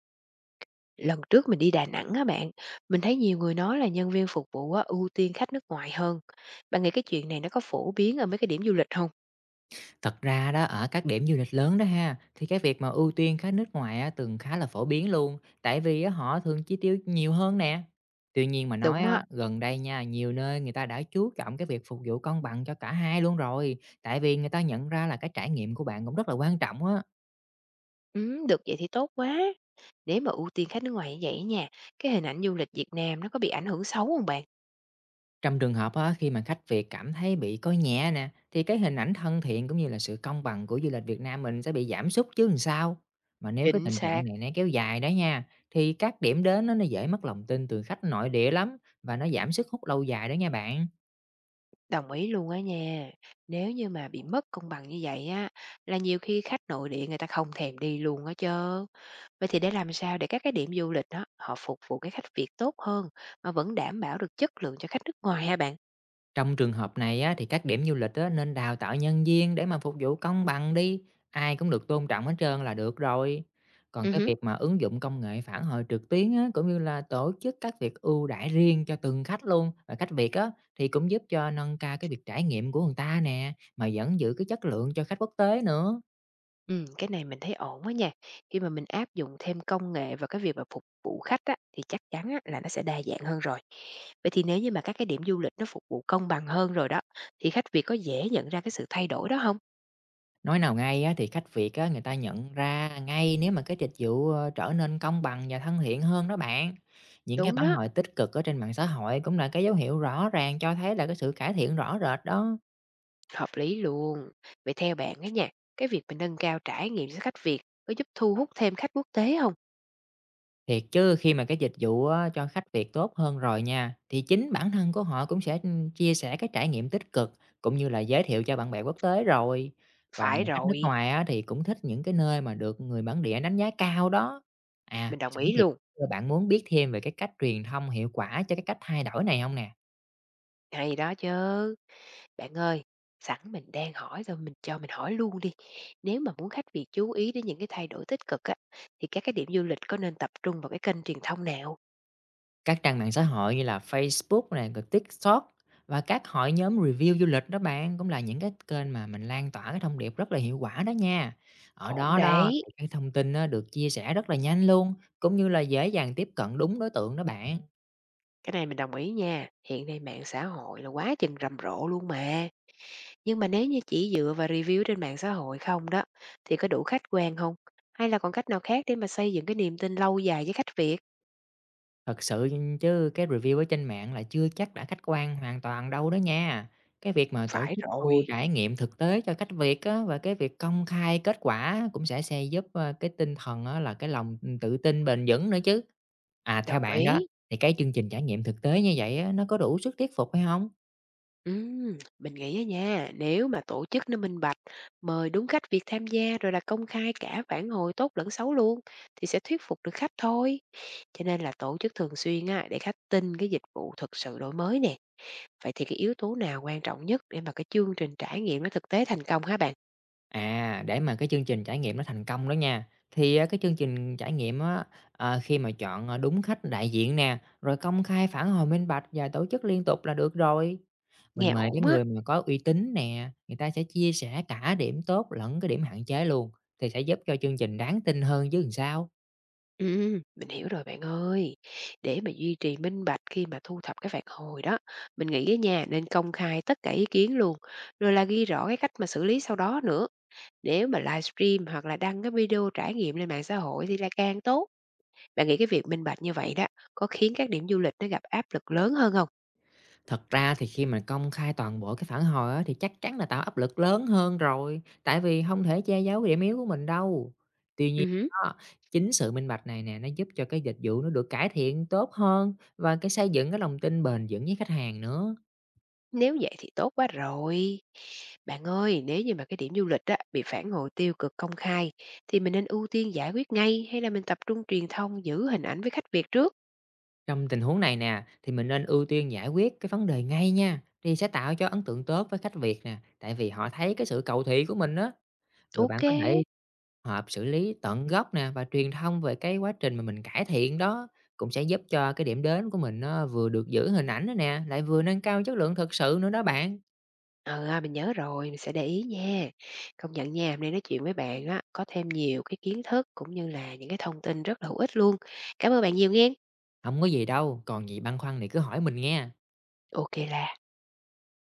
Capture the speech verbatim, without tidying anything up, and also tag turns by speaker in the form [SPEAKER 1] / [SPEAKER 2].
[SPEAKER 1] Lần trước mình đi Đà Nẵng á bạn, mình thấy nhiều người nói là nhân viên phục vụ á, ưu tiên khách nước ngoài hơn. Bạn nghĩ cái chuyện này nó có phổ biến ở mấy cái điểm du lịch không?
[SPEAKER 2] Thật ra đó, ở các điểm du lịch lớn đó ha, thì cái việc mà ưu tiên khách nước ngoài á, từng khá là phổ biến luôn, tại vì á, họ thường chi tiêu nhiều hơn nè. Tuy nhiên mà nói
[SPEAKER 1] Đúng á.
[SPEAKER 2] á, gần đây nha, nhiều nơi người ta đã chú trọng cái việc phục vụ công bằng cho cả hai luôn rồi, tại vì người ta nhận ra là cái trải nghiệm của bạn cũng rất là quan trọng á.
[SPEAKER 1] Ừ, được vậy thì tốt quá. Nếu mà ưu tiên khách nước ngoài như vậy á nha, cái hình ảnh du lịch Việt Nam nó có bị ảnh hưởng xấu không bạn?
[SPEAKER 2] Trong trường hợp á, khi mà khách Việt cảm thấy bị coi nhẹ nè, thì cái hình ảnh thân thiện cũng như là sự công bằng của du lịch Việt Nam mình sẽ bị giảm sút chứ làm sao. Mà nếu cái
[SPEAKER 1] Chính
[SPEAKER 2] tình trạng
[SPEAKER 1] xác,
[SPEAKER 2] này nó kéo dài đó nha, thì các điểm đến nó, nó dễ mất lòng tin từ khách nội địa lắm và nó giảm sức hút lâu dài đó nha bạn.
[SPEAKER 1] đồng ý luôn á nha. Nếu như mà bị mất công bằng như vậy á, là nhiều khi khách nội địa người ta không thèm đi luôn á chớ. Vậy thì để làm sao để các cái điểm du lịch đó họ phục vụ cái khách Việt tốt hơn mà vẫn đảm bảo được chất lượng cho khách nước ngoài hả bạn?
[SPEAKER 2] Trong trường hợp này á, thì các điểm du lịch á, nên đào tạo nhân viên để mà phục vụ công bằng đi. Ai cũng được tôn trọng hết trơn là được rồi. Còn
[SPEAKER 1] Ừ,
[SPEAKER 2] cái
[SPEAKER 1] hứm.
[SPEAKER 2] việc mà ứng dụng công nghệ phản hồi trực tuyến á, cũng như là tổ chức các việc ưu đãi riêng cho từng khách luôn và khách Việt á, thì cũng giúp cho nâng cao cái việc trải nghiệm của người ta nè mà vẫn giữ cái chất lượng cho khách quốc tế nữa.
[SPEAKER 1] Ừm, cái này mình thấy ổn quá nha. Khi mà mình áp dụng thêm công nghệ vào cái việc mà phục vụ khách á, thì chắc chắn á là nó sẽ đa dạng hơn rồi. Vậy thì nếu như mà các cái điểm du lịch nó phục vụ công bằng hơn rồi đó, thì khách Việt có dễ nhận ra cái sự thay đổi đó không?
[SPEAKER 2] Nói nào ngay á, thì khách Việt á, người ta nhận ra ngay nếu mà cái dịch vụ ờ, trở nên công bằng và thân thiện hơn đó bạn. Những cái
[SPEAKER 1] Đúng
[SPEAKER 2] phản
[SPEAKER 1] đó,
[SPEAKER 2] hồi tích cực ở trên mạng xã hội cũng là cái dấu hiệu rõ ràng cho thấy là cái sự cải thiện rõ rệt đó.
[SPEAKER 1] hợp lý luôn. Vậy theo bạn á nha, cái việc mình nâng cao trải nghiệm cho khách Việt có giúp thu hút thêm khách quốc tế không?
[SPEAKER 2] Thiệt chứ khi mà cái dịch vụ á, cho khách Việt tốt hơn rồi nha, thì chính bản thân của họ cũng sẽ, chia sẻ cái trải nghiệm tích cực, cũng như là giới thiệu cho bạn bè quốc tế rồi. Còn
[SPEAKER 1] Phải
[SPEAKER 2] mà khách nước
[SPEAKER 1] rồi,
[SPEAKER 2] ngoài á, thì cũng thích những cái nơi mà được người bản địa đánh giá cao đó. À,
[SPEAKER 1] mình đồng
[SPEAKER 2] sẵn
[SPEAKER 1] ý
[SPEAKER 2] tiện,
[SPEAKER 1] luôn.
[SPEAKER 2] bạn muốn biết thêm về cái cách truyền thông hiệu quả cho cái cách thay đổi này không nè?
[SPEAKER 1] Hay đó chứ. Bạn ơi, sẵn mình đang hỏi rồi mình cho mình hỏi luôn đi. Nếu mà muốn khách Việt chú ý đến những cái thay đổi tích cực á, thì các cái điểm du lịch có nên tập trung vào cái kênh truyền thông nào?
[SPEAKER 2] Các trang mạng xã hội như là Facebook này, rồi TikTok và các hội nhóm review du lịch đó bạn cũng là những cái kênh mà mình lan tỏa cái thông điệp rất là hiệu quả đó nha. Ở
[SPEAKER 1] Ổn
[SPEAKER 2] đó đó,
[SPEAKER 1] đấy.
[SPEAKER 2] thì cái thông tin nó được chia sẻ rất là nhanh luôn, cũng như là dễ dàng tiếp cận đúng đối tượng đó bạn.
[SPEAKER 1] Cái này mình đồng ý nha. Hiện nay mạng xã hội là quá chừng rầm rộ luôn mà. Nhưng mà nếu như chỉ dựa vào review trên mạng xã hội không đó, thì có đủ khách quan không? Hay là còn cách nào khác để mà xây dựng cái niềm tin lâu dài với khách Việt?
[SPEAKER 2] Thật sự chứ cái review ở trên mạng là chưa chắc đã khách quan hoàn toàn đâu đó nha. Cái việc mà tổ
[SPEAKER 1] Phải
[SPEAKER 2] chức tour
[SPEAKER 1] rồi,
[SPEAKER 2] trải nghiệm thực tế cho khách Việt á, và cái việc công khai kết quả cũng sẽ sẽ giúp, ơ, cái tinh thần á là cái lòng, ừ, tự tin bền vững nữa chứ. À, theo
[SPEAKER 1] đồng
[SPEAKER 2] bạn đó,
[SPEAKER 1] ý.
[SPEAKER 2] thì cái chương trình trải nghiệm thực tế như vậy á, nó có đủ sức thuyết phục hay không?
[SPEAKER 1] Ừm, mình nghĩ á nha, nếu mà tổ chức nó minh bạch, mời đúng khách việc tham gia rồi là công khai cả phản hồi tốt lẫn xấu luôn thì sẽ thuyết phục được khách thôi. Cho nên là tổ chức thường xuyên á để khách tin cái dịch vụ thực sự đổi mới nè. Vậy thì cái yếu tố nào quan trọng nhất để mà cái chương trình trải nghiệm nó thực tế thành công hả bạn?
[SPEAKER 2] À, để mà cái chương trình trải nghiệm nó thành công đó nha, thì, à, cái chương trình trải nghiệm á, ờ, khi mà chọn, ờ, đúng khách đại diện nè, rồi công khai phản hồi minh bạch và tổ chức liên tục là được rồi. Mình
[SPEAKER 1] Nghe
[SPEAKER 2] mời cái
[SPEAKER 1] ổn á.
[SPEAKER 2] người mà có uy tín nè, người ta sẽ chia sẻ cả điểm tốt lẫn cái điểm hạn chế luôn, thì sẽ giúp cho chương trình đáng tin hơn chứ làm sao.
[SPEAKER 1] Ừ, mình hiểu rồi bạn ơi. Để mà duy trì minh bạch khi mà thu thập cái phản hồi đó, mình nghĩ á nha nên công khai tất cả ý kiến luôn, rồi là ghi rõ cái cách mà xử lý sau đó nữa. Nếu mà livestream hoặc là đăng cái video trải nghiệm lên mạng xã hội thì là càng tốt. Bạn nghĩ cái việc minh bạch như vậy đó có khiến các điểm du lịch nó gặp áp lực lớn hơn không?
[SPEAKER 2] Thật ra thì khi mà công khai toàn bộ cái phản hồi á, thì chắc chắn là tạo áp lực lớn hơn rồi, tại vì không thể che giấu cái điểm yếu của mình đâu. Tuy nhiên
[SPEAKER 1] Ừ.
[SPEAKER 2] á, chính sự minh bạch này nè, nó giúp cho cái dịch vụ nó được cải thiện tốt hơn và cái xây dựng cái lòng tin bền vững với khách hàng nữa.
[SPEAKER 1] Nếu vậy thì tốt quá rồi. Bạn ơi, nếu như mà cái điểm du lịch á, bị phản hồi tiêu cực công khai thì mình nên ưu tiên giải quyết ngay hay là mình tập trung truyền thông giữ hình ảnh với khách Việt trước?
[SPEAKER 2] Trong tình huống này nè, thì mình nên ưu tiên giải quyết cái vấn đề ngay nha, thì sẽ tạo cho ấn tượng tốt với khách Việt nè, tại vì họ thấy cái sự cầu thị của mình á. Rồi bạn
[SPEAKER 1] Ok.
[SPEAKER 2] có thể hợp xử lý tận gốc nè và truyền thông về cái quá trình mà mình cải thiện đó cũng sẽ giúp cho cái điểm đến của mình nó vừa được giữ hình ảnh đó nè, lại vừa nâng cao chất lượng thực sự nữa đó bạn.
[SPEAKER 1] Ờ, à, mình nhớ rồi, mình sẽ để ý nha. Công nhận nha, hôm nay nói chuyện với bạn á, có thêm nhiều cái kiến thức cũng như là những cái thông tin rất là hữu ích luôn. Cảm ơn bạn nhiều nghe.
[SPEAKER 2] Không có gì đâu, còn gì băn khoăn thì cứ hỏi mình nghe.
[SPEAKER 1] OK là.